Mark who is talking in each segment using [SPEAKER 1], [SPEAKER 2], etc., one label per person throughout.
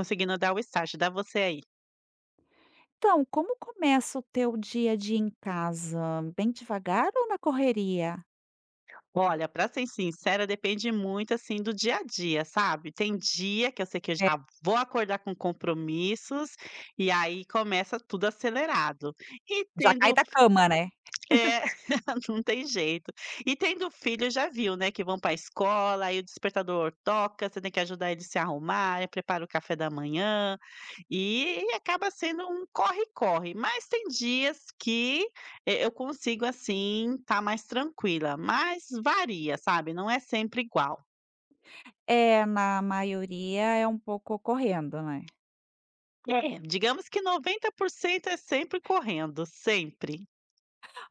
[SPEAKER 1] Conseguindo dar o start, dá você aí.
[SPEAKER 2] Então, como começa o teu dia a dia em casa? Bem devagar ou na correria?
[SPEAKER 1] Olha, pra ser sincera, depende muito, assim, do dia a dia, sabe. Tem dia que eu sei que eu
[SPEAKER 2] É,
[SPEAKER 1] já vou acordar com compromissos, e aí começa tudo acelerado. E
[SPEAKER 2] já cai
[SPEAKER 1] tendo
[SPEAKER 2] da cama, né?
[SPEAKER 1] É, não tem jeito. E tendo filho já viu, né, que vão pra escola, aí o despertador toca, você tem que ajudar eles se arrumarem, prepara o café da manhã, e acaba sendo um corre-corre, mas tem dias que, eu consigo, assim, estar mais tranquila, mas varia, sabe, não é sempre igual.
[SPEAKER 2] É, na maioria é um pouco correndo, né.
[SPEAKER 1] É, digamos que 90% é sempre correndo, sempre.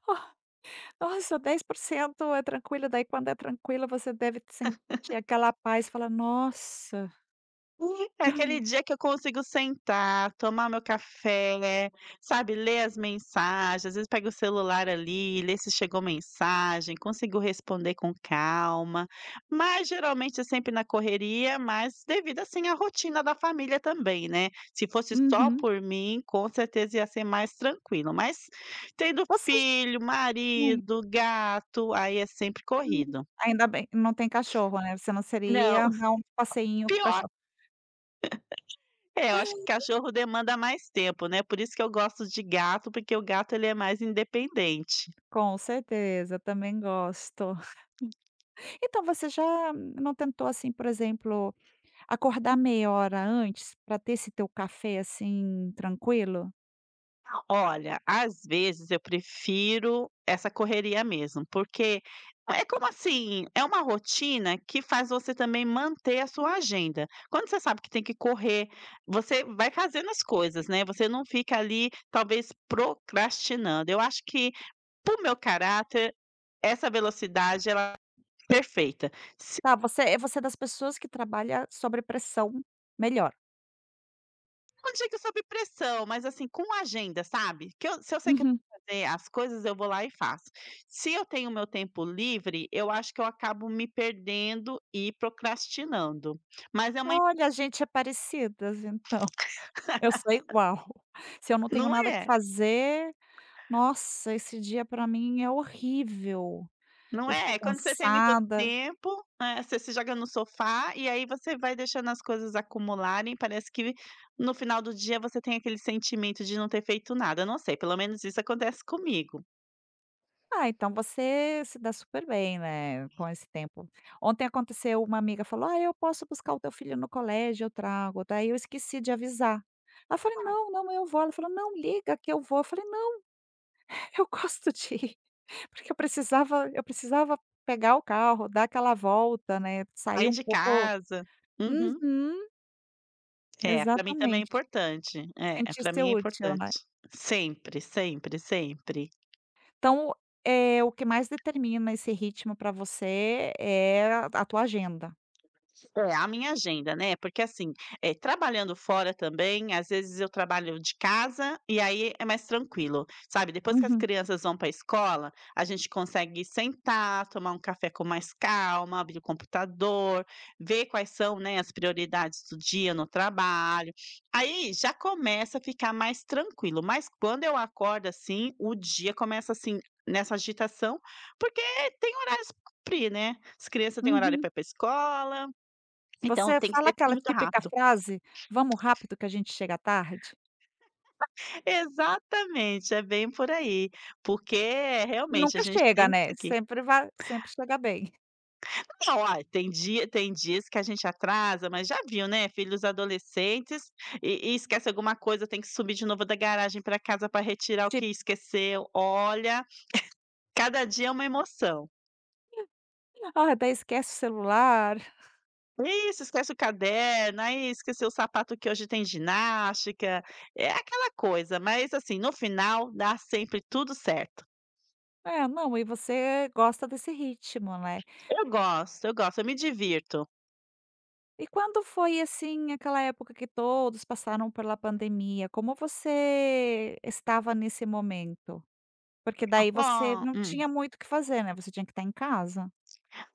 [SPEAKER 2] Oh, nossa, 10% é tranquilo, daí quando é tranquilo você deve sentir aquela paz, falar: "Nossa".
[SPEAKER 1] E É aquele dia que eu consigo sentar, tomar meu café, sabe, ler as mensagens, às vezes pego o celular ali, ler se chegou mensagem, consigo responder com calma, mas geralmente é sempre na correria, mas devido, assim, à rotina da família também, né. Se fosse só
[SPEAKER 2] Uhum.
[SPEAKER 1] por mim, com certeza ia ser mais tranquilo, mas tendo
[SPEAKER 2] Você j
[SPEAKER 1] filho, marido, gato, aí é sempre
[SPEAKER 2] hum.
[SPEAKER 1] corrido.
[SPEAKER 2] Ainda bem, não tem cachorro, né, você não
[SPEAKER 1] Não,
[SPEAKER 2] seria dar um passeinho com o
[SPEAKER 1] pior.
[SPEAKER 2] cachorro.
[SPEAKER 1] É, eu acho que cachorro demanda mais tempo, né, por isso que eu gosto de gato, porque o gato ele é mais independente.
[SPEAKER 2] Com certeza, também gosto. Então você já não tentou, assim, por exemplo, acordar meia hora antes para ter esse teu café, assim, tranquilo?
[SPEAKER 1] Olha, às vezes eu prefiro essa correria mesmo, porque é como assim, é uma rotina que faz você também manter a sua agenda. Quando você sabe que tem que correr, você vai fazendo as coisas, né, você não fica ali talvez procrastinando. Eu acho que pro meu caráter, essa velocidade ela é perfeita.
[SPEAKER 2] Tá, você é das pessoas que trabalha sobre pressão melhor.
[SPEAKER 1] Não digo sob pressão, mas assim, com agenda, sabe. Que eu se eu sei que eu
[SPEAKER 2] Uhum.
[SPEAKER 1] vou fazer as coisas, eu vou lá e faço. Se eu tenho meu tempo livre, eu acho que eu acabo me perdendo e procrastinando. Mas é uma
[SPEAKER 2] Olha, a gente é parecidas então, eu sou igual. Se eu não tenho
[SPEAKER 1] não
[SPEAKER 2] nada que
[SPEAKER 1] é,
[SPEAKER 2] fazer, nossa, esse dia para mim é horrível.
[SPEAKER 1] não
[SPEAKER 2] Eu
[SPEAKER 1] é.
[SPEAKER 2] estou
[SPEAKER 1] É. Quando você tem muito
[SPEAKER 2] cansada.
[SPEAKER 1] tempo, você se joga no sofá e aí você vai deixando as coisas acumularem, parece que no final do dia você tem aquele sentimento de não ter feito nada. Eu não sei, pelo menos isso acontece comigo.
[SPEAKER 2] Ah, então você se dá super bem, né, com esse tempo. Ontem aconteceu, uma amiga falou: "Ah, eu posso buscar o teu filho no colégio, eu trago". Daí eu esqueci de avisar. Ela eu falei: "Não, não, eu vou". Ela falou: "Não, liga que eu vou". Eu falei: "Não, eu gosto de ir", porque eu precisava pegar o carro, dar aquela volta, né, sair
[SPEAKER 1] Aí
[SPEAKER 2] um
[SPEAKER 1] de
[SPEAKER 2] pouco.
[SPEAKER 1] casa. Uhum.
[SPEAKER 2] Uhum,
[SPEAKER 1] É, pra mim também é
[SPEAKER 2] exatamente.
[SPEAKER 1] importante. É, pra
[SPEAKER 2] Sentir-se
[SPEAKER 1] mim é
[SPEAKER 2] útil, né.
[SPEAKER 1] importante. Sempre, sempre, sempre.
[SPEAKER 2] Então, é o que mais determina esse ritmo para você é a tua agenda.
[SPEAKER 1] É, a minha agenda, né, porque assim, trabalhando fora também, às vezes eu trabalho de casa, e aí é mais tranquilo, sabe, depois que as
[SPEAKER 2] Uhum,
[SPEAKER 1] crianças vão para a escola, a gente consegue sentar, tomar um café com mais calma, abrir o computador, ver quais são, né, as prioridades do dia no trabalho, aí já começa a ficar mais tranquilo, mas quando eu acordo assim, o dia começa assim, nessa agitação, porque tem horários para cumprir, né, as crianças têm horário para
[SPEAKER 2] uhum.
[SPEAKER 1] ir para a escola, então
[SPEAKER 2] Você
[SPEAKER 1] tem que
[SPEAKER 2] fala
[SPEAKER 1] ser tudo
[SPEAKER 2] aquela
[SPEAKER 1] muito
[SPEAKER 2] típica
[SPEAKER 1] rápido.
[SPEAKER 2] frase: "Vamos rápido que a gente chega tarde",
[SPEAKER 1] Exatamente, é bem por aí, porque é,
[SPEAKER 2] e
[SPEAKER 1] realmente a
[SPEAKER 2] nunca
[SPEAKER 1] gente
[SPEAKER 2] chega,
[SPEAKER 1] tem que
[SPEAKER 2] né,
[SPEAKER 1] seguir.
[SPEAKER 2] sempre chega bem.
[SPEAKER 1] Não, ai, tem dias que a gente atrasa, mas já viu, né, filhos adolescentes e esquece alguma coisa, tem que subir de novo da garagem para casa para retirar o que
[SPEAKER 2] Tipo,
[SPEAKER 1] esqueceu. Olha, cada dia é uma emoção.
[SPEAKER 2] ah, daí esquece o celular.
[SPEAKER 1] Isso, esquece o caderno, aí esqueceu o sapato que hoje tem ginástica, é aquela coisa, mas assim, no final dá sempre tudo certo.
[SPEAKER 2] É, não, e você gosta desse ritmo, né.
[SPEAKER 1] Eu gosto, eu gosto, eu me divirto.
[SPEAKER 2] E quando foi, assim, aquela época que todos passaram pela pandemia, como você estava nesse momento? Porque daí você
[SPEAKER 1] Ó.
[SPEAKER 2] não
[SPEAKER 1] Hum.
[SPEAKER 2] tinha muito o que fazer, né, você tinha que estar em casa.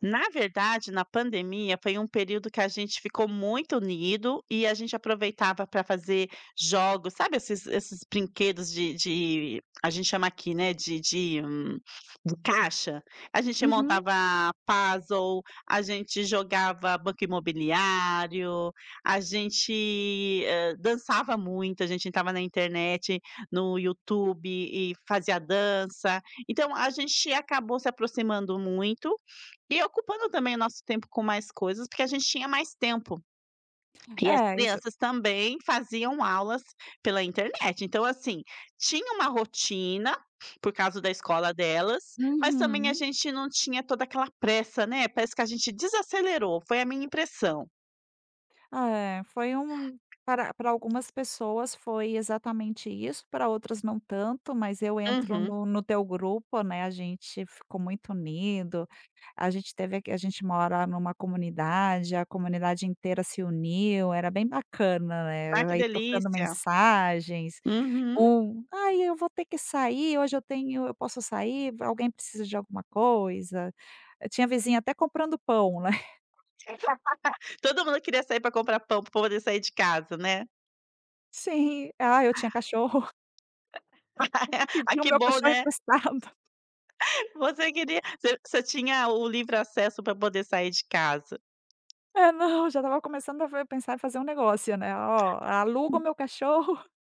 [SPEAKER 1] Na verdade, na pandemia foi um período que a gente ficou muito unido e a gente aproveitava para fazer jogos, sabe esses brinquedos de a gente chama aqui, né, de de caixa? A gente
[SPEAKER 2] Uhum.
[SPEAKER 1] montava puzzle, a gente jogava Banco Imobiliário, a gente, dançava muito, a gente entrava na internet, no YouTube e fazia dança. Então a gente acabou se aproximando muito e ocupando também o nosso tempo com mais coisas, porque a gente tinha mais tempo. E as
[SPEAKER 2] É, isso.
[SPEAKER 1] crianças também faziam aulas pela internet. Então, assim, tinha uma rotina por causa da escola delas, mas também a
[SPEAKER 2] Uhum.
[SPEAKER 1] gente não tinha toda aquela pressa, né? Parece que a gente desacelerou, foi a minha impressão.
[SPEAKER 2] É, foi um para algumas pessoas foi exatamente isso, para outras não tanto, mas eu entro
[SPEAKER 1] Uhum.
[SPEAKER 2] no teu grupo, né, a gente ficou muito unido, a gente mora numa comunidade, a comunidade inteira se uniu, era bem bacana,
[SPEAKER 1] Ah,
[SPEAKER 2] né,
[SPEAKER 1] que
[SPEAKER 2] aí trocando
[SPEAKER 1] delícia!
[SPEAKER 2] mensagens,
[SPEAKER 1] Uhum.
[SPEAKER 2] um: "Ai, eu vou ter que sair, hoje eu tenho eu posso sair? Alguém precisa de alguma coisa?". Eu Tinha vizinha até comprando pão, né.
[SPEAKER 1] Todo mundo queria sair para comprar pão para poder sair de casa, né?
[SPEAKER 2] Sim. Ah, eu tinha cachorro. Eu vou
[SPEAKER 1] Ah,
[SPEAKER 2] pedir o
[SPEAKER 1] que
[SPEAKER 2] meu
[SPEAKER 1] bom,
[SPEAKER 2] cachorro
[SPEAKER 1] né?
[SPEAKER 2] emprestado.
[SPEAKER 1] Você queria você você tinha o livre acesso para poder sair de casa.
[SPEAKER 2] É, não, já estava começando a ver pensar em fazer um negócio, né, "Ó, aluga o meu cachorro".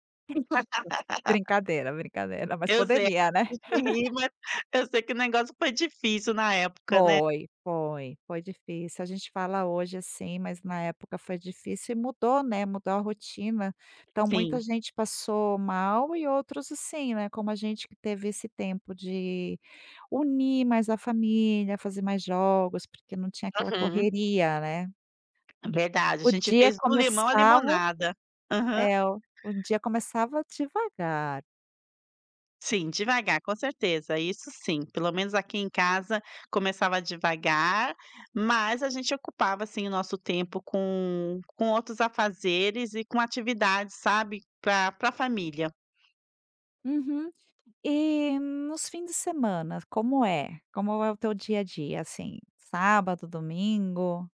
[SPEAKER 2] Brincadeira, brincadeira, mas
[SPEAKER 1] Eu sei,
[SPEAKER 2] poderia,
[SPEAKER 1] a
[SPEAKER 2] né.
[SPEAKER 1] gente ri, mas eu sei que o negócio foi difícil na época, né.
[SPEAKER 2] Foi, foi, foi difícil. A gente fala hoje assim, mas na época foi difícil e mudou, né, mudou a rotina. Então
[SPEAKER 1] Sim.
[SPEAKER 2] muita gente passou mal e outros assim, né, como a gente que teve esse tempo de unir mais a família, fazer mais jogos, porque não tinha aquela
[SPEAKER 1] Uhum.
[SPEAKER 2] correria, né.
[SPEAKER 1] Verdade, a
[SPEAKER 2] O
[SPEAKER 1] gente
[SPEAKER 2] dia
[SPEAKER 1] fez do limão à
[SPEAKER 2] começava
[SPEAKER 1] limonada. Aham.
[SPEAKER 2] É, o dia começava devagar.
[SPEAKER 1] Sim, devagar, com certeza, isso sim. Pelo menos aqui em casa começava devagar, mas a gente ocupava, assim, o nosso tempo com outros afazeres e com atividades, sabe, pra família.
[SPEAKER 2] Uhum. E nos fins de semana, como é? Como é o teu dia a dia, assim, sábado, domingo?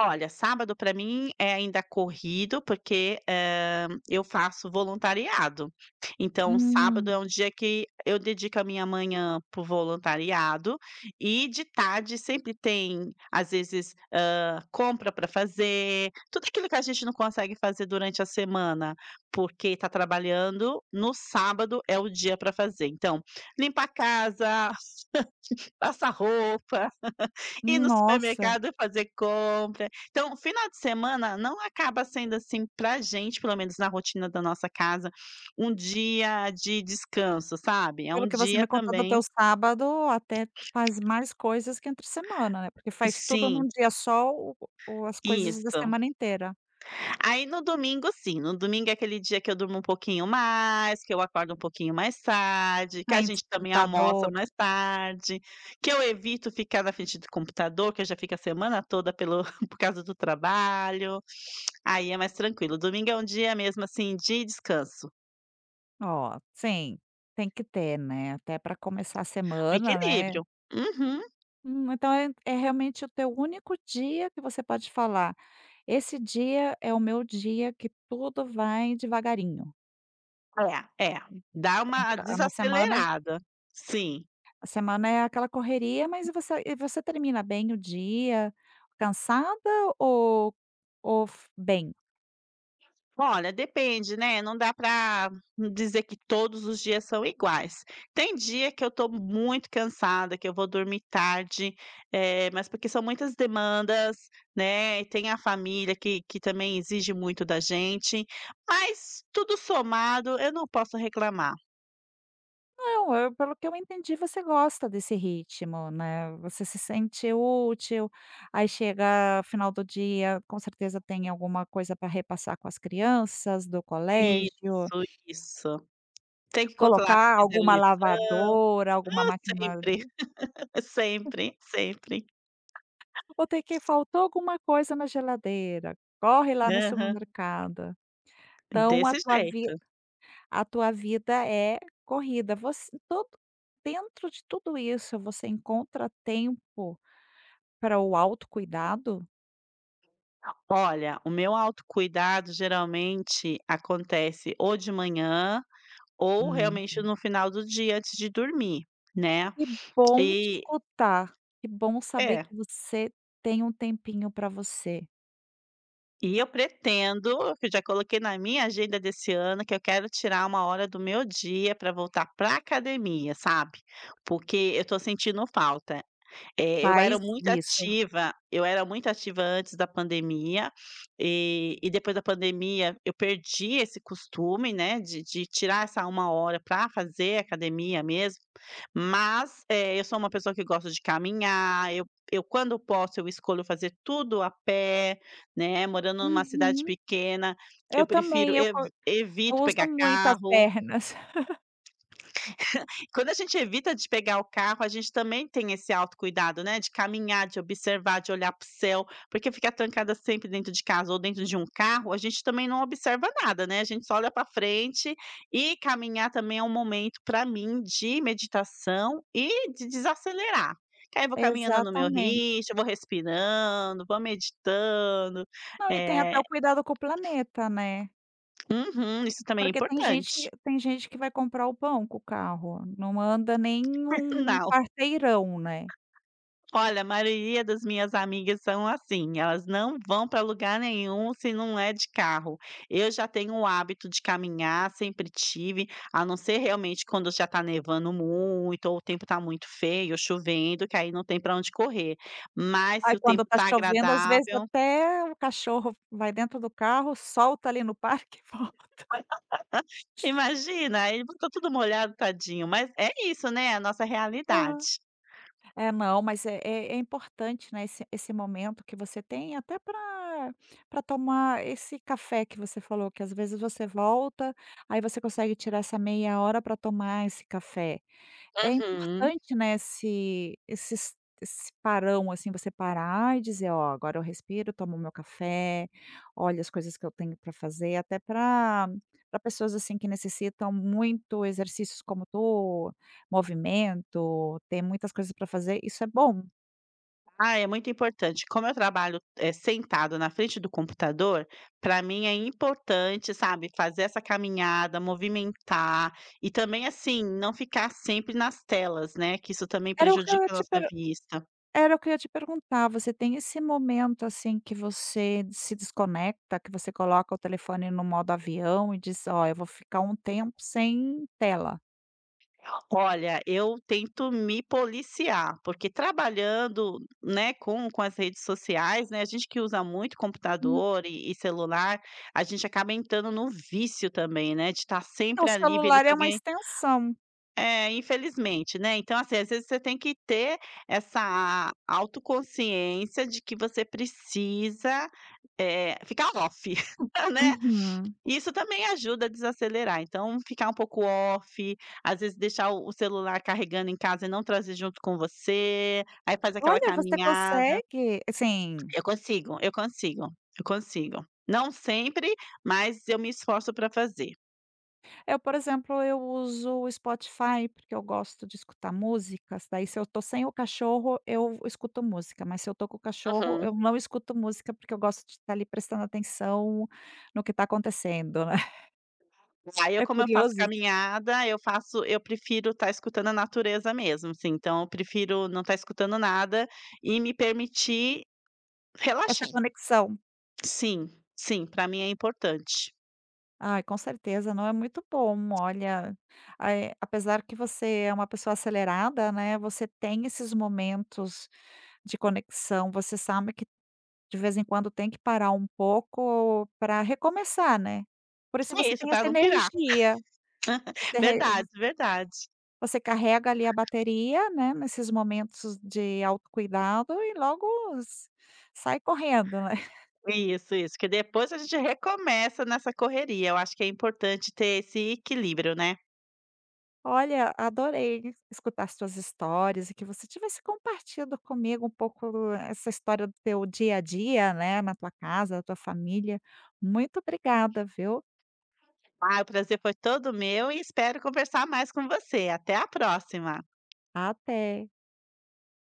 [SPEAKER 1] Olha, sábado para mim é ainda corrido, porque, eu faço voluntariado. Então, sábado é
[SPEAKER 2] Hum.
[SPEAKER 1] um dia que eu dedico a minha manhã pro voluntariado e de tarde sempre tem, às vezes, compra para fazer, tudo aquilo que a gente não consegue fazer durante a semana, porque está trabalhando, no sábado é o dia para fazer. Então, limpar a casa, passar roupa, ir no
[SPEAKER 2] Nossa,
[SPEAKER 1] supermercado fazer compra. Então, o final de semana não acaba sendo, assim, pra gente, pelo menos na rotina da nossa casa, um dia de descanso, sabe. É um
[SPEAKER 2] pelo que você
[SPEAKER 1] dia
[SPEAKER 2] me contou do
[SPEAKER 1] também
[SPEAKER 2] teu sábado, até faz mais coisas que entre semana, né, porque faz tudo
[SPEAKER 1] sim,
[SPEAKER 2] num dia só o as coisas da
[SPEAKER 1] isso.
[SPEAKER 2] semana inteira.
[SPEAKER 1] Aí no domingo sim, no domingo é aquele dia que eu durmo um pouquinho mais, que eu acordo um pouquinho mais tarde, que a
[SPEAKER 2] Sem
[SPEAKER 1] gente também almoça
[SPEAKER 2] despertador.
[SPEAKER 1] mais tarde, que eu evito ficar na frente do computador, que eu já fico a semana toda pelo por causa do trabalho. Aí é mais tranquilo. Domingo é um dia mesmo, assim, de descanso.
[SPEAKER 2] Ó, sim, tem que ter, né, até para começar a
[SPEAKER 1] Um
[SPEAKER 2] semana, né.
[SPEAKER 1] equilíbrio. Uhum.
[SPEAKER 2] Então é realmente o teu único dia que você pode falar: "Esse dia é o meu dia que tudo vai devagarinho".
[SPEAKER 1] É, é. Dá uma
[SPEAKER 2] Entra na semana,
[SPEAKER 1] desacelerada. Sim.
[SPEAKER 2] a semana é aquela correria, mas você termina bem o dia, cansada ou f bem?
[SPEAKER 1] Olha, depende, né, não dá para dizer que todos os dias são iguais. Tem dia que eu tô muito cansada, que eu vou dormir tarde, mas porque são muitas demandas, né, e tem a família que também exige muito da gente, mas tudo somado eu não posso reclamar.
[SPEAKER 2] Não, eu pelo que eu entendi, você gosta desse ritmo, né, você se sente útil, aí chega final do dia, com certeza tem alguma coisa para repassar com as crianças do colégio.
[SPEAKER 1] Isso, isso. Tem que controlar
[SPEAKER 2] Colocar
[SPEAKER 1] se fizeram
[SPEAKER 2] alguma
[SPEAKER 1] lição,
[SPEAKER 2] lavadora, alguma máquina
[SPEAKER 1] sempre,
[SPEAKER 2] de,
[SPEAKER 1] sempre, sempre.
[SPEAKER 2] ou tem que faltou alguma coisa na geladeira, corre lá no
[SPEAKER 1] Aham,
[SPEAKER 2] supermercado. Então a
[SPEAKER 1] desse
[SPEAKER 2] tua vi
[SPEAKER 1] jeito.
[SPEAKER 2] a tua vida é corrida. Você todo Dentro de tudo isso, você encontra tempo para o autocuidado?
[SPEAKER 1] Olha, o meu autocuidado geralmente acontece ou de manhã ou
[SPEAKER 2] Hum.
[SPEAKER 1] realmente no final do dia antes de dormir, né.
[SPEAKER 2] Que bom te
[SPEAKER 1] E
[SPEAKER 2] escutar, que bom saber
[SPEAKER 1] é,
[SPEAKER 2] que você tem um tempinho para você.
[SPEAKER 1] e eu pretendo, que eu já coloquei na minha agenda desse ano, que eu quero tirar uma hora do meu dia para voltar para academia, sabe. Porque eu tô sentindo falta. Eu era
[SPEAKER 2] Faz
[SPEAKER 1] muito
[SPEAKER 2] isso.
[SPEAKER 1] ativa eu era muito ativa antes da pandemia, e depois da pandemia eu perdi esse costume, né, de tirar essa uma hora para fazer academia mesmo, mas, eu sou uma pessoa que gosta de caminhar, eu quando posso eu escolho fazer tudo a pé, né, morando numa cidade
[SPEAKER 2] Uhum.
[SPEAKER 1] pequena, eu
[SPEAKER 2] Eu
[SPEAKER 1] prefiro
[SPEAKER 2] também, eu
[SPEAKER 1] ev
[SPEAKER 2] co Eu
[SPEAKER 1] evito
[SPEAKER 2] uso
[SPEAKER 1] pegar
[SPEAKER 2] muito as
[SPEAKER 1] carro
[SPEAKER 2] pernas.
[SPEAKER 1] quando a gente evita de pegar o carro, a gente também tem esse autocuidado, né, de caminhar, de observar, de olhar para o céu, porque ficar trancada sempre dentro de casa ou dentro de um carro, a gente também não observa nada, né, a gente só olha para frente e caminhar também é um momento para mim de meditação e de desacelerar. Que aí eu vou caminhando no meu
[SPEAKER 2] Exatamente.
[SPEAKER 1] ritmo, vou respirando, vou meditando,
[SPEAKER 2] Não, e tem até
[SPEAKER 1] eh
[SPEAKER 2] o cuidado com o planeta, né.
[SPEAKER 1] uhum, isso também é
[SPEAKER 2] Porque tem gente
[SPEAKER 1] importante.
[SPEAKER 2] Tem gente que vai comprar o pão com o carro, não anda nem um
[SPEAKER 1] Não.
[SPEAKER 2] quarteirão, né.
[SPEAKER 1] Olha, a maioria das minhas amigas são assim, elas não vão para lugar nenhum se não é de carro. Eu já tenho o hábito de caminhar, sempre tive, a não ser realmente quando já está nevando muito, ou o tempo está muito feio, chovendo, que aí não tem para onde correr. Mas se
[SPEAKER 2] Aí
[SPEAKER 1] o tempo
[SPEAKER 2] quando tá
[SPEAKER 1] está
[SPEAKER 2] chovendo, às vezes
[SPEAKER 1] agradável,
[SPEAKER 2] até o cachorro vai dentro do carro, solta ali no parque e volta.
[SPEAKER 1] imagina, aí fica tudo molhado, tadinho. Mas é isso, né? É a nossa
[SPEAKER 2] Aham.
[SPEAKER 1] realidade.
[SPEAKER 2] É, não, mas é importante, né, esse momento que você tem até para tomar esse café que você falou, que às vezes você volta, aí você consegue tirar essa meia hora para tomar esse café. É
[SPEAKER 1] Uhum.
[SPEAKER 2] importante, né, esse parão, assim, você parar e dizer: "Ó, agora eu respiro, tomo meu café, olho as coisas que eu tenho para fazer", até para, para pessoas, assim, que necessitam muito exercícios como tu, movimento, tem muitas coisas para fazer, isso é bom.
[SPEAKER 1] Ah, é muito importante. Como eu trabalho, sentada na frente do computador, para mim é importante, sabe, fazer essa caminhada, movimentar e também, assim, não ficar sempre nas telas, né, que isso também
[SPEAKER 2] Era o que eu ia
[SPEAKER 1] prejudica a
[SPEAKER 2] te
[SPEAKER 1] nossa
[SPEAKER 2] per
[SPEAKER 1] vista.
[SPEAKER 2] Era o que eu ia te perguntar, você tem esse momento, assim, que você se desconecta, que você coloca o telefone no modo avião e diz: "Ó, eu vou ficar um tempo sem tela"?
[SPEAKER 1] Olha, eu tento me policiar, porque trabalhando, né, com as redes sociais, né, a gente que usa muito computador e celular, a gente acaba entrando no vício também, né, de estar
[SPEAKER 2] É, o
[SPEAKER 1] sempre ali vendo
[SPEAKER 2] celular
[SPEAKER 1] se
[SPEAKER 2] é uma
[SPEAKER 1] alguém
[SPEAKER 2] extensão.
[SPEAKER 1] é, infelizmente, né. Então, assim, às vezes você tem que ter essa autoconsciência de que você precisa, ficar off, né.
[SPEAKER 2] Uhum.
[SPEAKER 1] Isso também ajuda a desacelerar, então ficar um pouco off, às vezes deixar o celular carregando em casa e não trazer junto com você, aí faz aquela
[SPEAKER 2] Olha, você
[SPEAKER 1] caminhada.
[SPEAKER 2] consegue assim,
[SPEAKER 1] Eu consigo, eu consigo, eu consigo. Não sempre, mas eu me esforço para fazer.
[SPEAKER 2] eu, por exemplo, eu uso o Spotify, porque eu gosto de escutar músicas, daí se eu tô sem o cachorro, eu escuto música, mas se eu tô com o cachorro,
[SPEAKER 1] Aham.
[SPEAKER 2] eu não escuto música, porque eu gosto de estar ali prestando atenção no que tá acontecendo, né.
[SPEAKER 1] Aí eu
[SPEAKER 2] É
[SPEAKER 1] como eu faço
[SPEAKER 2] curioso isso,
[SPEAKER 1] caminhada, eu prefiro estar escutando a natureza mesmo, assim, então eu prefiro não estar escutando nada e me permitir relaxar.
[SPEAKER 2] essa conexão.
[SPEAKER 1] Sim, sim, pra mim é importante.
[SPEAKER 2] Ai, com certeza, não é muito bom. Olha, apesar que você é uma pessoa acelerada, né, você tem esses momentos de conexão, você sabe que de vez em quando tem que parar um pouco para recomeçar, né. Por isso
[SPEAKER 1] É
[SPEAKER 2] você
[SPEAKER 1] isso,
[SPEAKER 2] tem
[SPEAKER 1] pra
[SPEAKER 2] essa
[SPEAKER 1] não pirar.
[SPEAKER 2] energia, você re vo
[SPEAKER 1] Verdade, verdade.
[SPEAKER 2] você carrega ali a bateria, né, nesses momentos de autocuidado e logo s sai correndo, né.
[SPEAKER 1] Isso, que depois a gente recomeça nessa correria, eu acho que é importante ter esse equilíbrio, né.
[SPEAKER 2] Olha, adorei escutar suas histórias e que você tivesse compartido comigo um pouco, essa história do teu dia a dia, né, na tua casa, da tua família. Muito obrigada, viu?
[SPEAKER 1] Ah, o prazer foi todo meu e espero conversar mais com você. Até a próxima.
[SPEAKER 2] Até.